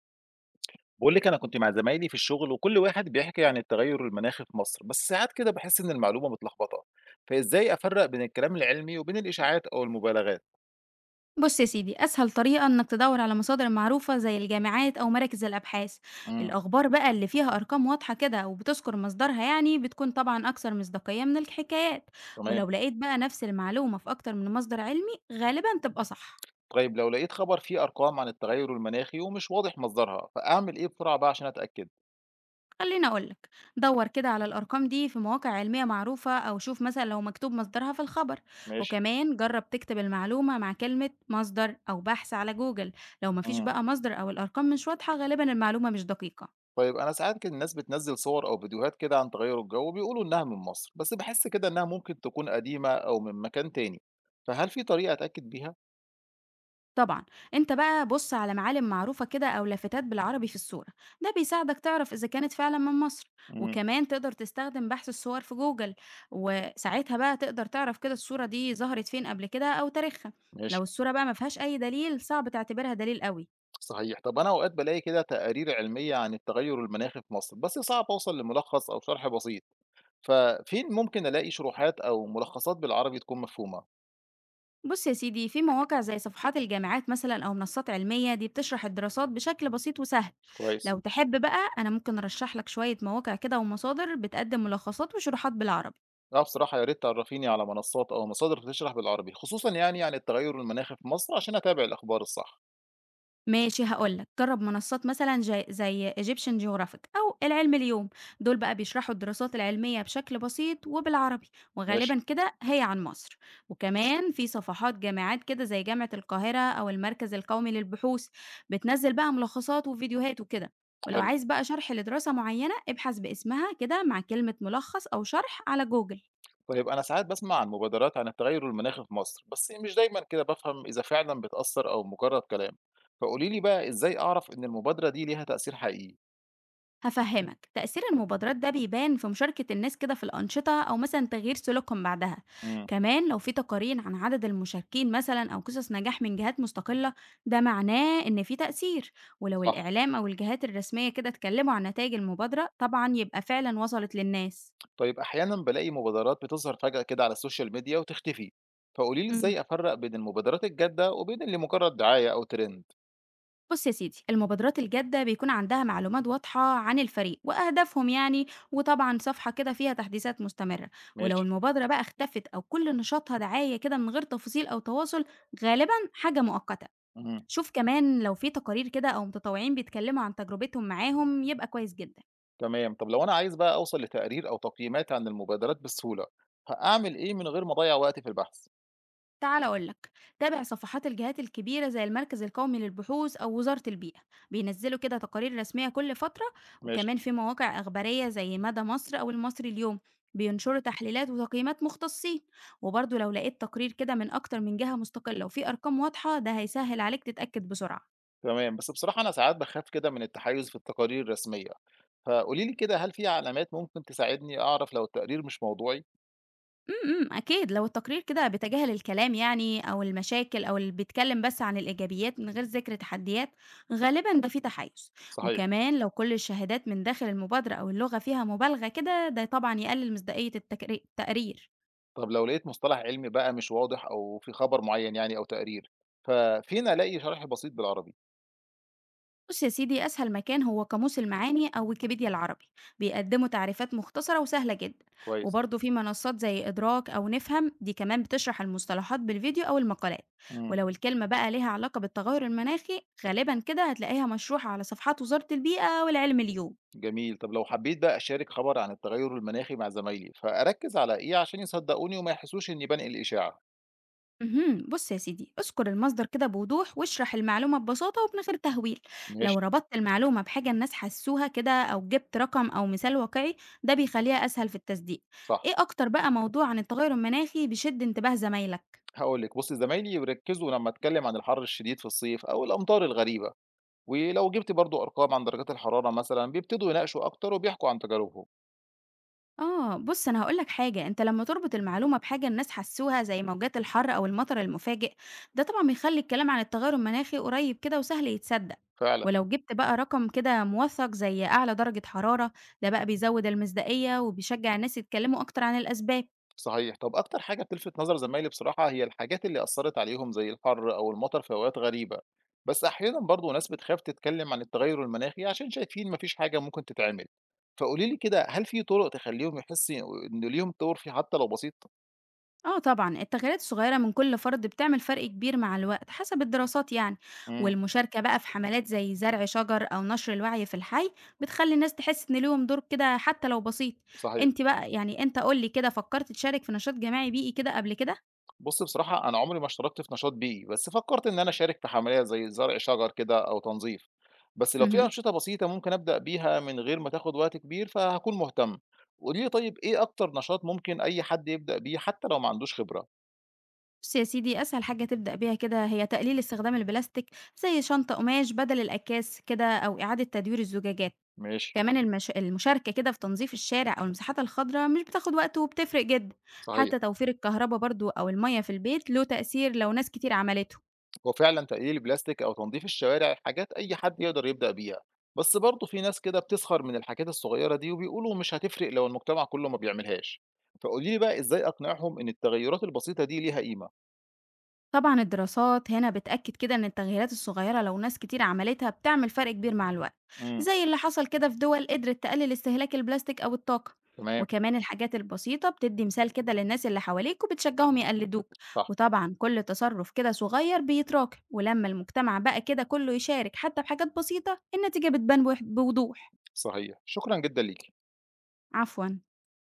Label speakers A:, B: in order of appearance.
A: باقول لِك أنا كنت مع زمايلي في الشغل وكل واحد بيحكي عن التغير المناخي في مصر، بس ساعات كده باحس إن المعلومة متلخبطة، فإزاي أفرّق بين الكلام العلمي وبين الإشاعات أو المبالغات؟
B: بص يا سيدي، أسهل طريقة إنك تدور على مصادر معروفة زي الجامعات أو مراكز الأبحاث.
A: إمم.
B: الأخبار بقى اللي فيها أرقام واضحة كده وبتذكر مصدرها يعني بتكون طبعا أكثر مصداقية من الحكايات.
A: تمام،
B: ولو لقيت بقى نفس المعلومة في أكتر من مصدر علمي غالبا تبقى صح.
A: طيب لو لقيت خبر فيه أرقام عن التغير المناخي ومش واضح مصدرها، فأعمل إيه بسرعة بقى عشان أتأكد؟
B: خليني أقولك، دور كده على الأرقام دي في مواقع علمية معروفة أو شوف مثلا لو مكتوب مصدرها في الخبر.
A: ماشي،
B: وكمان جرب تكتب المعلومة مع كلمة مصدر أو بحث على جوجل. لو مفيش
A: إمم.
B: بقى مصدر أو الأرقام مش واضحة غالبا المعلومة مش دقيقة.
A: طيب أنا ساعات كده الناس بتنزّل صور أو فيديوهات كده عن تغير الجو وبيقولوا إنها من مصر، بس باحس كده إنها ممكن تكون قديمة أو من مكان تاني، فهل في طريقة أتأكد بيها؟
B: طبعًا، أنت بقى بُص على معالم معروفة كده أو لافتات بالعربي في الصورة، ده بيساعدك تعرف إذا كانت فعلًا من مصر.
A: إمم.
B: وكمان تقدر تستخدم بحث الصور في جوجل، وساعتها بقى تقدر تعرف كده الصورة دي ظهرت فين قبل كده أو تاريخها.
A: ماشي.
B: لو الصورة بقى ما فيهاش أي دليل صعب تعتبرها دليل قوي.
A: صحيح. طب أنا أوقات بالاقي كده تقارير علمية عن التغيُّر المناخي في مصر، بس صعب أوصل لملخص أو شرح بسيط، ففين ممكن ألاقي شروحات أو ملخصات بالعربي تكون مفهومة
B: بُص يا سيدي، في مواقع زي صفحات الجامعات مثلًا أو منصات علمية دي بتشرح الدراسات بشكل بسيط وسهل.
A: كويس؟
B: لو تحب بقى أنا ممكن أرشح لك شوية مواقع كده ومصادر بتقدم ملخصات وشروحات بالعربي.
A: آه بصراحة يا ريت تعرّفيني على منصات أو مصادر بتشرح بالعربي، خصوصًا يعني عن التغيُّر المناخي في مصر عشان أتابع الأخبار الصح.
B: ماشي هاقول لك، جرّب منصات مثلًا ج زي Egyptian Geographic أو العلم اليوم، دول بقى بيشرحوا الدراسات العلمية بشكل بسيط وبالعربي،
A: ماشي،
B: وغالبًا كده هي عن مصر. وكمان في صفحات جامعات كده زي جامعة القاهرة أو المركز القومي للبحوث، بتنزّل بقى ملخصات وفيديوهات وكده. ولو
A: حلو.
B: عايز بقى شرح لدراسة معينة ابحث باسمها كده مع كلمة ملخص أو شرح على جوجل.
A: طيب أنا ساعات باسمع عن مبادرات عن التغيُّر المناخي في مصر، بس مش دايمًا كده بافهم إذا فعلًا بتأثّر أو مجرّد كلام، فقولي لي بقى إزاي أعرف إن المبادرة دي ليها تأثير حقيقي؟
B: هفهمك، تأثير المبادرات ده بيبان في مشاركة الناس كده في الأنشطة أو مثلا تغيير سلوكهم بعدها.
A: إمم،
B: كمان لو في تقارير عن عدد المشاركين مثلا أو قصص نجاح من جهات مستقلة ده معناه إن في تأثير. ولو
A: صح.
B: الإعلام أو الجهات الرسمية كده اتكلموا عن نتائج المبادرة طبعا يبقى فعلا وصلت للناس.
A: طيب أحيانا بلاقي مبادرات بتظهر فجأة كده على السوشيال ميديا وتختفي، فقولي لي
B: مم.
A: إزاي أفرق بين المبادرات الجادة وبين اللي مجرد دعاية أو ترند.
B: بص يا سيدي، المبادرات الجادة بيكون عندها معلومات واضحة عن الفريق وأهدافهم يعني، وطبعا صفحة كده فيها تحديثات مستمرة. ولو
A: ماشي.
B: المبادرة بقى اختفت أو كل نشاطها دعاية كده من غير تفاصيل أو تواصل غالبا حاجة مؤقتة.
A: مم.
B: شوف كمان لو في تقارير كده أو متطوعين بيتكلموا عن تجربتهم معاهم يبقى كويس جدا.
A: تمام. طب لو أنا عايز بقى أوصل لتقرير أو تقييمات عن المبادرات بسهولة، هأعمل إيه من غير ما أضيع وقتي في البحث؟
B: تعال أقول لك، تابع صفحات الجهات الكبيرة زي المركز القومي للبحوث أو وزارة البيئة، بينزلوا كده تقارير رسمية كل فترة.
A: ماشي.
B: وكمان في مواقع أخبارية زي مدى مصر أو المصري اليوم بينشروا تحليلات وتقييمات مختصين. وبرضه لو لقيت تقرير كده من أكتر من جهة مستقلة وفيه أرقام واضحة ده هيسهل عليك تتأكد بسرعة.
A: تمام، بس بصراحة أنا ساعات بخاف كده من التحيز في التقارير الرسمية، فقولي لي كده هل في علامات ممكن تساعدني أعرف لو التقرير مش موضوعي؟
B: إمم، إمم، أكيد لو التقرير كده بيتجاهل الكلام يعني أو المشاكل أو اللي بيتكلم بس عن الإيجابيات من غير ذكر تحديات، غالبًا ده فيه تحيُّز.
A: صحيح.
B: وكمان لو كل الشهادات من داخل المبادرة أو اللغة فيها مبالغة كده، ده طبعًا يقلل مصداقية التقرير.
A: طب لو لقيت مصطلح علمي بقى مش واضح أو في خبر معين يعني أو تقرير، ففين ألاقي شرح بسيط بالعربي؟
B: بص يا سيدي، أسهل مكان هو قاموس المعاني أو ويكيبيديا العربي، بيقدموا تعريفات مختصرة وسهلة جدا.
A: كويس.
B: وبرضه في منصات زي إدراك أو نفهم، دي كمان بتشرح المصطلحات بالفيديو أو المقالات.
A: امم.
B: ولو الكلمة بقى ليها علاقة بالتغير المناخي غالبا كده هتلاقيها مشروحة على صفحات وزارة البيئة والعلم اليوم.
A: جميل. طب لو حبيت بقى أشارك خبر عن التغير المناخي مع زمايلي، فأركز على إيه عشان يصدقوني وما يحسوش إني بنقل إشاعة؟
B: مهم. بص يا سيدي، اذكر المصدر كده بوضوح واشرح المعلومة ببساطة ومن غير تهويل. لو
A: ماشي.
B: ربطت المعلومة بحاجة الناس حسوها كده أو جبت رقم أو مثال واقعي ده بيخليها أسهل في التصديق.
A: صح.
B: ايه أكتر بقى موضوع عن التغير المناخي بيشد انتباه زمايلك؟
A: هقول لك بصي زمايلي يركزوا لما اتكلم عن الحر الشديد في الصيف او الامطار الغريبه، ولو جبت برضو ارقام عن درجات الحراره مثلا بيبتدوا يناقشوا اكتر وبيحكوا عن تجاربهم.
B: آه، بُص أنا هاقول لك حاجة، أنت لمّا تربط المعلومة بحاجة الناس حسّوها زي موجات الحر أو المطر المفاجئ، ده طبعًا بيخلّي الكلام عن التغير المناخي قريب كده وسهل يتصدق.
A: فعلا.
B: ولو جبت بقى رقم كده موثّق زي أعلى درجة حرارة، ده بقى بيزوّد المصداقية وبيشجّع الناس يتكلموا أكتر عن الأسباب.
A: صحيح. طب أكتر حاجة بتلفت نظر زمايلي بصراحة هي الحاجات اللي أثّرت عليهم زي الحَر أو المطر في أوقات غريبة، بس أحيانًا برضه ناس بتخاف تتكلّم عن التغيُّر المناخي عشان شايفين ما فيش حاجة ممكن تتعمل، فقولي لي كده هل في طُرق تخلّيهم يحسّي إن ليهم دور فيه حتى لو بسيط؟
B: آه طبعًا، التغييرات الصغيرة من كل فرد بتعمل فرق كبير مع الوقت حسب الدراسات يعني.
A: إمم،
B: والمشاركة بقى في حملات زي زرع شجر أو نشر الوعي في الحي بتخلّي الناس تحس إن ليهم دور كده حتى لو بسيط.
A: صحيح.
B: بقى يعني أنت قُل لي كده فكّرت تشارك في نشاط جماعي بيئي كده قبل كده؟
A: بُص بصراحة أنا عمري ما اشتركت في نشاط بيئي، بس فكّرت إن أنا أشارك في حملية زي زرع شجر كده أو تنظيف، بس لو في
B: اهم،
A: أنشطة بسيطة ممكن أبدأ بيها من غير ما تاخد وقت كبير فهاكون مهتم، قولي لي طيب إيه أكتر نشاط ممكن أي حد يبدأ بيه حتى لو ما عندوش خبرة؟
B: بُص يا سيدي، أسهل حاجة تبدأ بيها كده هي تقليل استخدام البلاستيك زي شنطة قماش بدل الأكياس كده أو إعادة تدوير الزجاجات.
A: ماشي.
B: كمان المشاركة كده في تنظيف الشارع أو المساحات الخضراء مش بتاخد وقت وبتفرق جدا.
A: صحيح.
B: حتى توفير الكهرباء برضو أو المية في البيت له تأثير لو ناس كتير عملته.
A: هو فعلًا تقليل البلاستيك أو تنظيف الشوارع حاجات أي حد يقدر يبدأ بيها، بس برضه في ناس كده بتسخر من الحاجات الصغيرة دي وبيقولوا مش هتفرق لو المجتمع كله ما بيعملهاش، فقولي لي بقى إزاي أقنعهم إن التغيرات البسيطة دي ليها قيمة؟
B: طبعًا الدراسات هنا بتأكد كده إن التغييرات الصغيرة لو ناس كتير عملتها بتعمل فرق كبير مع الوقت،
A: إمم.
B: زي اللي حصل كده في دول قدرت تقلل استهلاك البلاستيك أو الطاقة.
A: تمام.
B: وكمان الحاجات البسيطة بتدي مثال كده للناس اللي حواليك وبتشجعهم يقلدوك.
A: صح.
B: وطبعًا كل تصرف كده صغير بيتراكم، ولما المجتمع بقى كده كله يشارك حتى بحاجات بسيطة النتيجة بتبان بوضوح.
A: صحيح. شكرًا جدًا ليكِ.
B: عفوًا.